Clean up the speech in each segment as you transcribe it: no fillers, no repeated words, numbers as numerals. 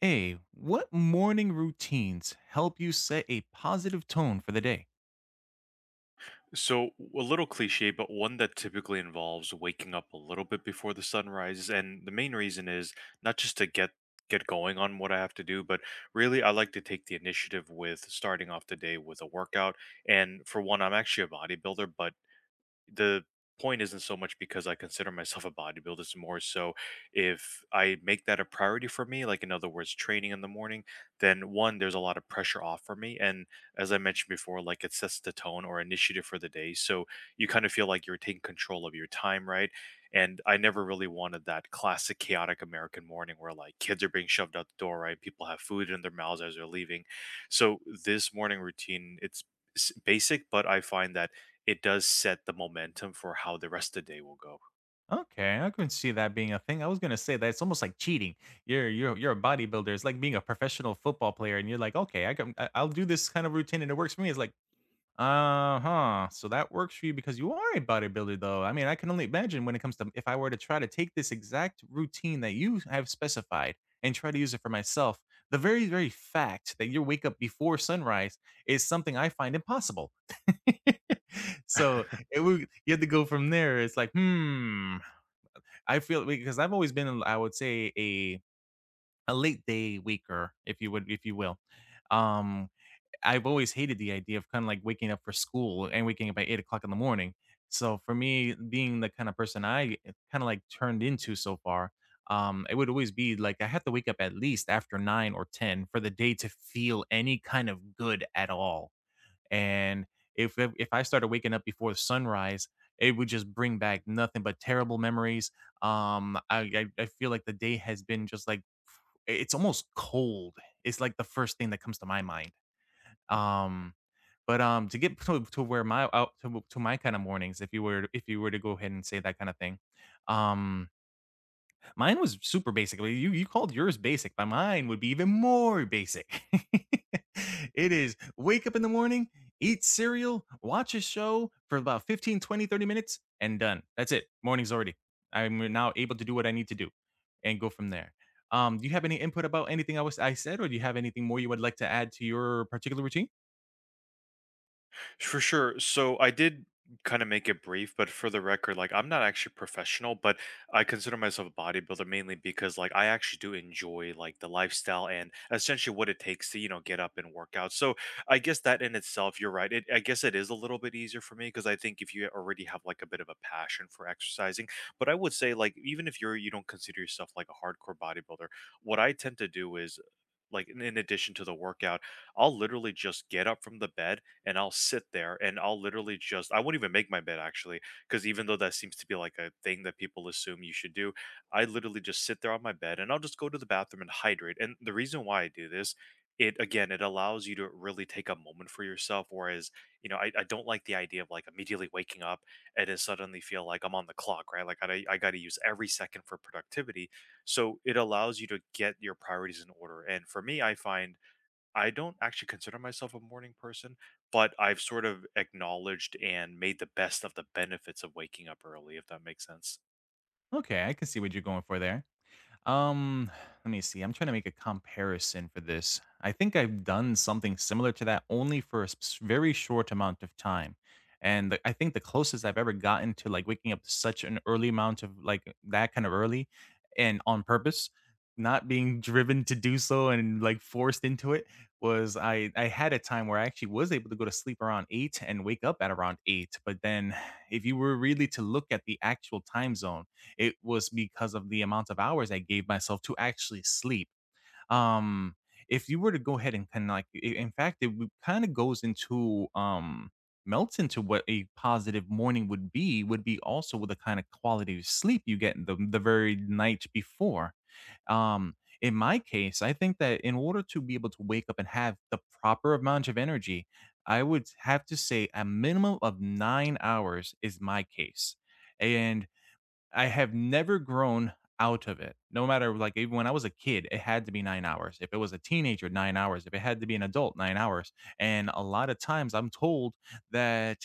Hey, what morning routines help you set a positive tone for the day? So, a little cliche, but one that typically involves waking up a little bit before the sun rises. And the main reason is not just to get going on what I have to do, but really I like to take the initiative with starting off the day with a workout. And for one, I'm actually a bodybuilder, but the point isn't so much because I consider myself a bodybuilder, it's more so if I make that a priority for me, like in other words, training in the morning, then one, there's a lot of pressure off for me. And as I mentioned before, like it sets the tone or initiative for the day. So you kind of feel like you're taking control of your time, right? And I never really wanted that classic chaotic American morning where like kids are being shoved out the door, right? People have food in their mouths as they're leaving. So this morning routine, it's basic, but I find that it does set the momentum for how the rest of the day will go. Okay, I can see that being a thing. I was gonna say that it's almost like cheating. You're a bodybuilder. It's like being a professional football player, and you're like, okay, I'll do this kind of routine, and it works for me. It's like, uh huh. So that works for you because you are a bodybuilder, though. I mean, I can only imagine when it comes to if I were to try to take this exact routine that you have specified and try to use it for myself. The very very fact that you wake up before sunrise is something I find impossible so it would you have to go from there. It's like, I feel because I've always been, I would say, a late day waker, if you would, if you will. Um, I've always hated the idea of kind of like waking up for school and waking up at 8 o'clock in the morning. So for me, being the kind of person I kind of like turned into so far, it would always be like I have to wake up at least after nine or ten for the day to feel any kind of good at all. And if I started waking up before sunrise, it would just bring back nothing but terrible memories. I feel like the day has been just like it's almost cold. It's like the first thing that comes to my mind. Um, but to to where my out to my kind of mornings, if you were to go ahead and say that kind of thing, um, mine was super basic. Well, you called yours basic, but mine would be even more basic. It is wake up in the morning, eat cereal, watch a show for about 15, 20, 30 minutes, and done. That's it. Morning's already. I'm now able to do what I need to do and go from there. Do you have any input about anything I said, or do you have anything more you would like to add to your particular routine? For sure. So I did kind of make it brief, but for the record, like I'm not actually professional, but I consider myself a bodybuilder mainly because like I actually do enjoy like the lifestyle and essentially what it takes to, you know, get up and work out. So I guess that in itself, you're right. It, I guess it is a little bit easier for me because I think if you already have like a bit of a passion for exercising, but I would say like even if you don't consider yourself like a hardcore bodybuilder, what I tend to do is like in addition to the workout, I'll literally just get up from the bed and I'll sit there and I'll literally just I won't even make my bed actually because even though that seems to be like a thing that people assume you should do, I literally just sit there on my bed and I'll just go to the bathroom and hydrate. And the reason why I do this, it again, it allows you to really take a moment for yourself. Whereas, you know, I don't like the idea of like immediately waking up and then suddenly feel like I'm on the clock, right? Like I got to use every second for productivity. So it allows you to get your priorities in order. And for me, I find I don't actually consider myself a morning person, but I've sort of acknowledged and made the best of the benefits of waking up early, if that makes sense. Okay, I can see what you're going for there. Um, let me see. I'm trying to make a comparison for this. I think I've done something similar to that only for a very short amount of time. And I think the closest I've ever gotten to like waking up such an early amount of like that kind of early and on purpose, not being driven to do so and like forced into it was I had a time where I actually was able to go to sleep around 8 and wake up at around 8, but then if you were really to look at the actual time zone it was because of the amount of hours I gave myself to actually sleep. Um, if you were to go ahead and kind of like, in fact, it kind of goes into melts into what a positive morning would be also with the kind of quality of sleep you get the very night before. In my case I think that in order to be able to wake up and have the proper amount of energy I would have to say a minimum of 9 hours is my case, and I have never grown out of it. No matter, like, even when I was a kid, it had to be 9 hours. If it was a teenager, 9 hours. If it had to be an adult, 9 hours. And a lot of times I'm told that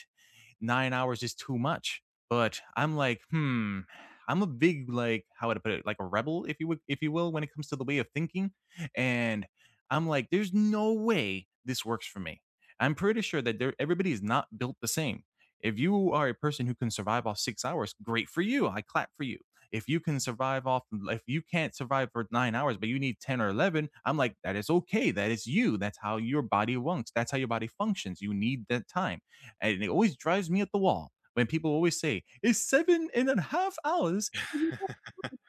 9 hours is too much. But I'm like, "Hmm." I'm a big, like how would I put it? Like a rebel, if you would if you will, when it comes to the way of thinking, and I'm like, "There's no way this works for me." I'm pretty sure that there everybody is not built the same. If you are a person who can survive off 6 hours, great for you, I clap for you. If you can survive off if you can't survive for 9 hours, but you need 10 or 11, I'm like, "That is okay. That is you. That's how your body wants. That's how your body functions. You need that time." And it always drives me at the wall when people always say, it's seven and a half hours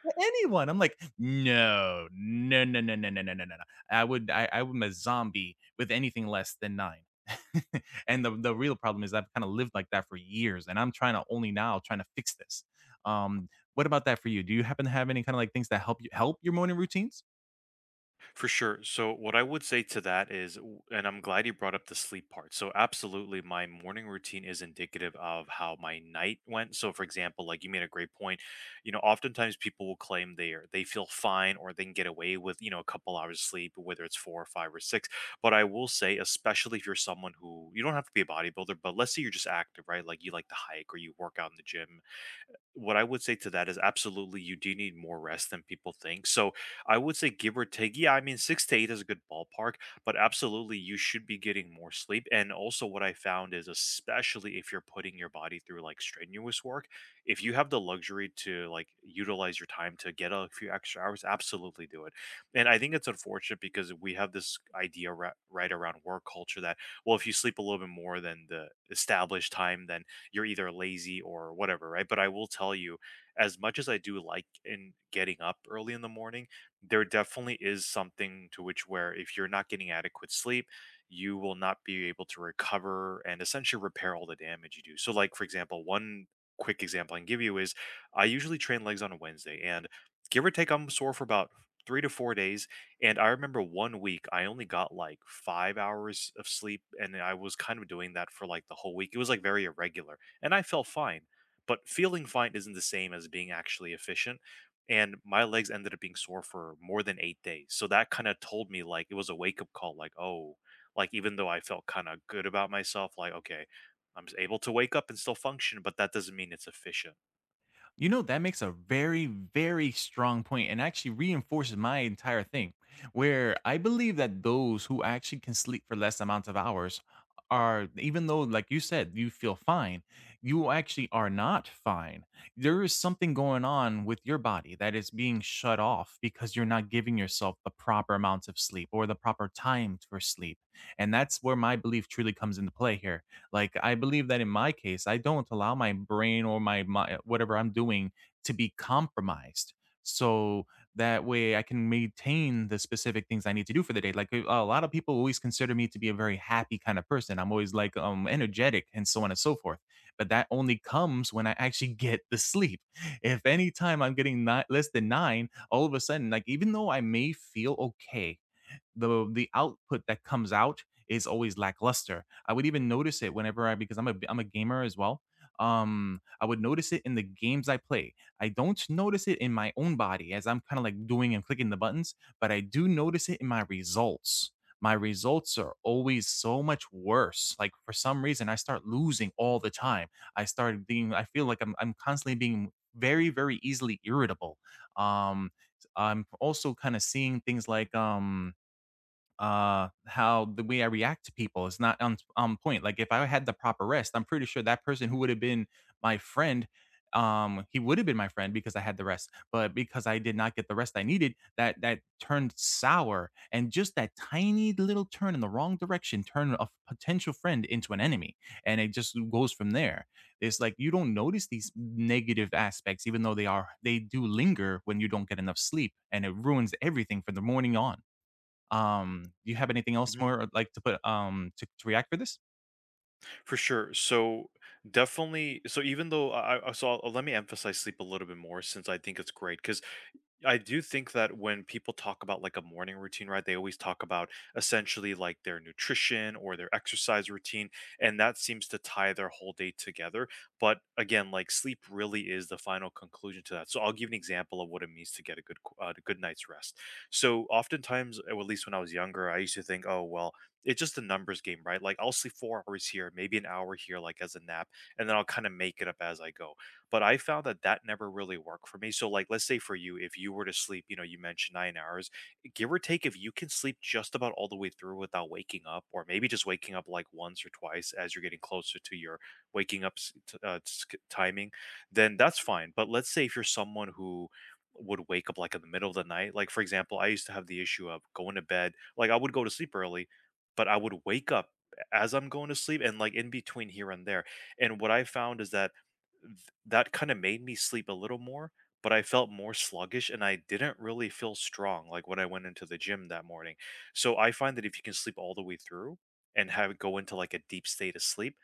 for anyone. I'm like, no, no, no, no, no, no, no, no, no, no. I would, I am a zombie with anything less than nine. And the real problem is I've kind of lived like that for years and I'm trying to only now trying to fix this. Um, what about that for you? Do you happen to have any kind of like things that help you help your morning routines? For sure. So, what I would say to that is, and I'm glad you brought up the sleep part. So, absolutely, my morning routine is indicative of how my night went. So, for example, like you made a great point. You know, oftentimes people will claim they feel fine or they can get away with you know a couple hours sleep, whether it's four or five or six. But I will say, especially if you're someone who you don't have to be a bodybuilder, but let's say you're just active, right? Like you like to hike or you work out in the gym, what I would say to that is absolutely you do need more rest than people think. So I would say give or take, yeah, I mean six to eight is a good ballpark, but absolutely you should be getting more sleep. And also what I found is especially if you're putting your body through like strenuous work, if you have the luxury to like utilize your time to get a few extra hours, absolutely do it. And I think it's unfortunate because we have this idea right around work culture that well, if you sleep a little bit more than the established time, then you're either lazy or whatever, right? But I will tell you, as much as I do like in getting up early in the morning, there definitely is something to which where if you're not getting adequate sleep, you will not be able to recover and essentially repair all the damage you do. So, like for example, one quick example I can give you is I usually train legs on a Wednesday and give or take, I'm sore for about 3 to 4 days. And I remember one week I only got like 5 hours of sleep, and I was kind of doing that for like the whole week. It was like very irregular and I felt fine. But feeling fine isn't the same as being actually efficient. And my legs ended up being sore for more than 8 days. So that kind of told me like it was a wake up call, like, oh, like even though I felt kind of good about myself, like, okay, able to wake up and still function, but that doesn't mean it's efficient. You know, that makes a very, very strong point and actually reinforces my entire thing, where I believe that those who actually can sleep for less amounts of hours are, even though, like you said, you feel fine, you actually are not fine. There is something going on with your body that is being shut off because you're not giving yourself the proper amounts of sleep or the proper time for sleep. And that's where my belief truly comes into play here. Like I believe that in my case, I don't allow my brain or my whatever I'm doing to be compromised. So that way I can maintain the specific things I need to do for the day. Like a lot of people always consider me to be a very happy kind of person. I'm always like energetic and so on and so forth. But that only comes when I actually get the sleep. If any time less than nine, all of a sudden, like even though I may feel okay the output that comes out is always lackluster. I would even notice it whenever I because I'm a gamer as well. I would notice it in the games I play. I don't notice it in my own body as I'm kind of like doing and clicking the buttons, but I do notice it in my results. My results are always so much worse. Like for some reason, I start losing all the time. I started being. I feel like I'm constantly being very very easily irritable. Um, I'm also kind of seeing things like how the way I react to people is not on point. Like if I had the proper rest, I'm pretty sure that person who would have been my friend, he would have been my friend because I had the rest. But because I did not get the rest I needed, that turned sour, and just that tiny little turn in the wrong direction turned a potential friend into an enemy, and it just goes from there. It's like you don't notice these negative aspects, even though they do linger when you don't get enough sleep, and it ruins everything from the morning on. Do you have anything else Hmm. more, like, to put, to react for this? For sure. So definitely. So even though let me emphasize sleep a little bit more since I think it's great because I do think that when people talk about like a morning routine, right, they always talk about essentially like their nutrition or their exercise routine. And that seems to tie their whole day together. But again, like sleep really is the final conclusion to that. So I'll give an example of what it means to get a a good night's rest. So oftentimes, at least when I was younger, I used to think, oh, well, it's just a numbers game, right? Like I'll sleep 4 hours here, maybe an hour here, like as a nap, and then I'll kind of make it up as I go. But I found that that never really worked for me. So, like, let's say for you, if you were to sleep, you know, you mentioned 9 hours, give or take, if you can sleep just about all the way through without waking up, or maybe just waking up like once or twice as you're getting closer to your waking up s- t- s- timing, then that's fine. But let's say if you're someone who would wake up like in the middle of the night, like for example, I used to have the issue of going to bed, like I would go to sleep early, but I would wake up as I'm going to sleep and like in between here and there. And what I found is that th that kinda made me sleep a little more, but I felt more sluggish and I didn't really feel strong, like, when I went into the gym that morning. So, I find that if you can sleep all the way through and have it go into, like, a deep state of sleep,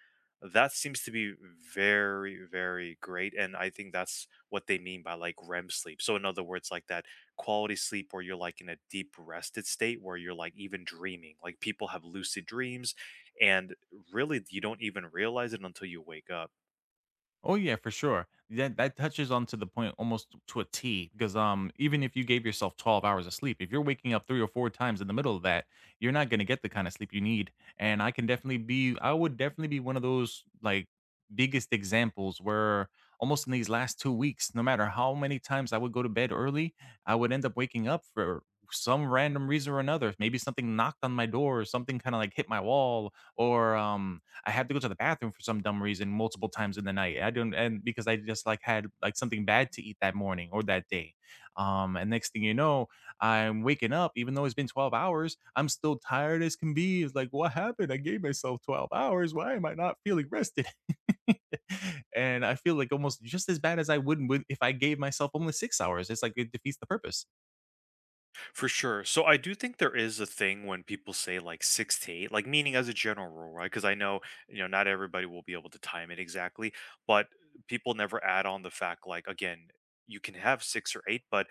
that seems to be very, very great, and I think that's what they mean by, like, REM sleep. So, in other words, like, that quality sleep where you're, like, in a deep rested state where you're, like, even dreaming. Like, people have lucid dreams, and really, you don't even realize it until you wake up. Oh yeah, for sure. That touches onto the point almost to a T because even if you gave yourself 12 hours of sleep, if you're waking up 3 or 4 times in the middle of that, you're not going to get the kind of sleep you need. And I would definitely be one of those like biggest examples where almost in these last 2 weeks, no matter how many times I would go to bed early, I would end up waking up for some random reason or another. Maybe something knocked on my door or something kind of like hit my wall or I had to go to the bathroom for some dumb reason multiple times in the night. I don't and because I just like had like something bad to eat that morning or that day. And next thing you know, I'm waking up even though it's been 12 hours, I'm still tired as can be. It's like what happened? I gave myself 12 hours. Why am I not feeling rested? And I feel like almost just as bad as I would with if I gave myself only 6 hours. It's like it defeats the purpose. For sure. So I do think there is a thing when people say like six to eight, like meaning as a general rule, right? Because I know, you know, not everybody will be able to time it exactly, but people never add on the fact, like, again, you can have six or eight, but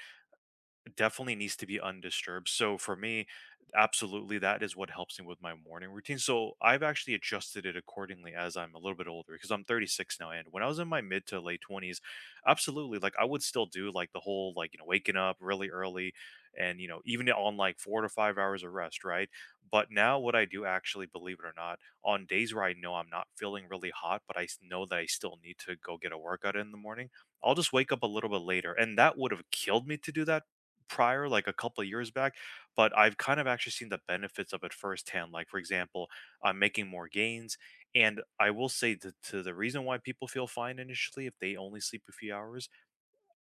definitely needs to be undisturbed. So for me, absolutely that is what helps me with my morning routine. So I've actually adjusted it accordingly as I'm a little bit older because I'm 36 now and when I was in my mid to late 20s, absolutely like I would still do like the whole like you know waking up really early and you know even on like 4 to 5 hours of rest, right? But now what I do actually believe it or not on days where I know I'm not feeling really hot but I know that I still need to go get a workout in the morning, I'll just wake up a little bit later. And that would have killed me to do that prior, like a couple of years back, but I've kind of actually seen the benefits of it firsthand. Like, for example, I'm making more gains. And I will say that to the reason why people feel fine initially if they only sleep a few hours.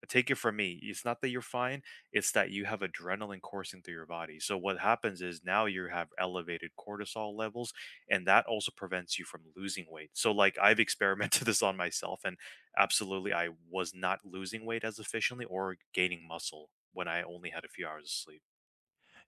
Take it from me. It's not that you're fine, it's that you have adrenaline coursing through your body. So what happens is now you have elevated cortisol levels and that also prevents you from losing weight. So like I've experimented this on myself and absolutely I was not losing weight as efficiently or gaining muscle when I only had a few hours of sleep.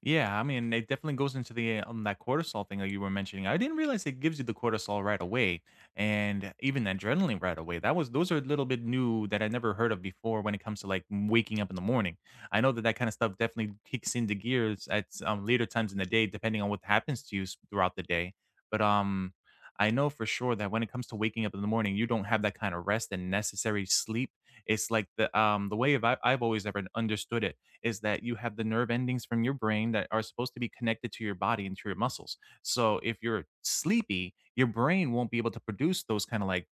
Yeah, I mean, it definitely goes into the on that cortisol thing that you were mentioning. I didn't realize it gives you the cortisol right away, and even adrenaline right away. That was those are a little bit new that I never heard of before when it comes to waking up in the morning. I know that that kind of stuff definitely kicks into gears at later times in the day, depending on what happens to you throughout the day. But I know for sure that when it comes to waking up in the morning, you don't have that kind of rest and necessary sleep. It's like the way of I've always ever understood it is that you have the nerve endings from your brain that are supposed to be connected to your body and to your muscles. So if you're sleepy, your brain won't be able to produce those kind of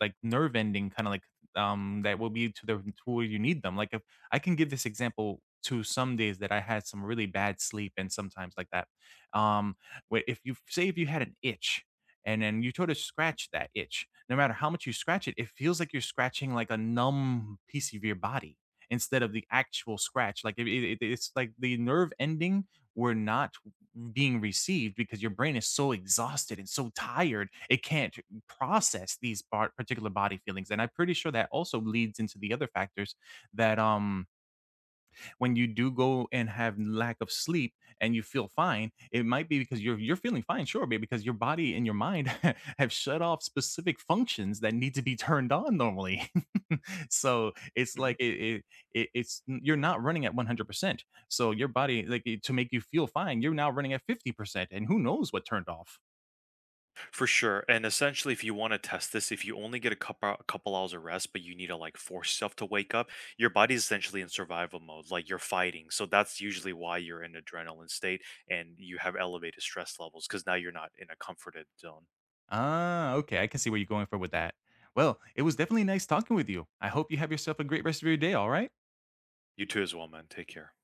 like nerve ending kind of like that will be to where you need them like if I can give this example to some days that I had some really bad sleep and sometimes like that um where if you say if you had an itch and then you try to scratch that itch no matter how much you scratch it it feels like you're scratching like a numb piece of your body instead of the actual scratch like it's like the nerve ending were not being received because your brain is so exhausted and so tired it can't process these bar particular body feelings, and I'm pretty sure that also leads into the other factors that, when you do go and have lack of sleep and you feel fine, it might be because you're feeling fine, sure, but because your body and your mind have shut off specific functions that need to be turned on normally. So, it's Mhm. like it's you're not running at 100%. So, your body like, eh, to make you feel fine, you're now running at 50%, and who knows what turned off? For sure. And essentially, if you want to test this, if you only get a couple hours of rest, but you need to like force yourself to wake up, your body's essentially in survival mode, like you're fighting. So that's usually why you're in adrenaline state and you have elevated stress levels because now you're not in a comforted zone. Ah, okay. I can see where you're going for with that. Well, it was definitely nice talking with you. I hope you have yourself a great rest of your day, all right? You too as well, man. Take care.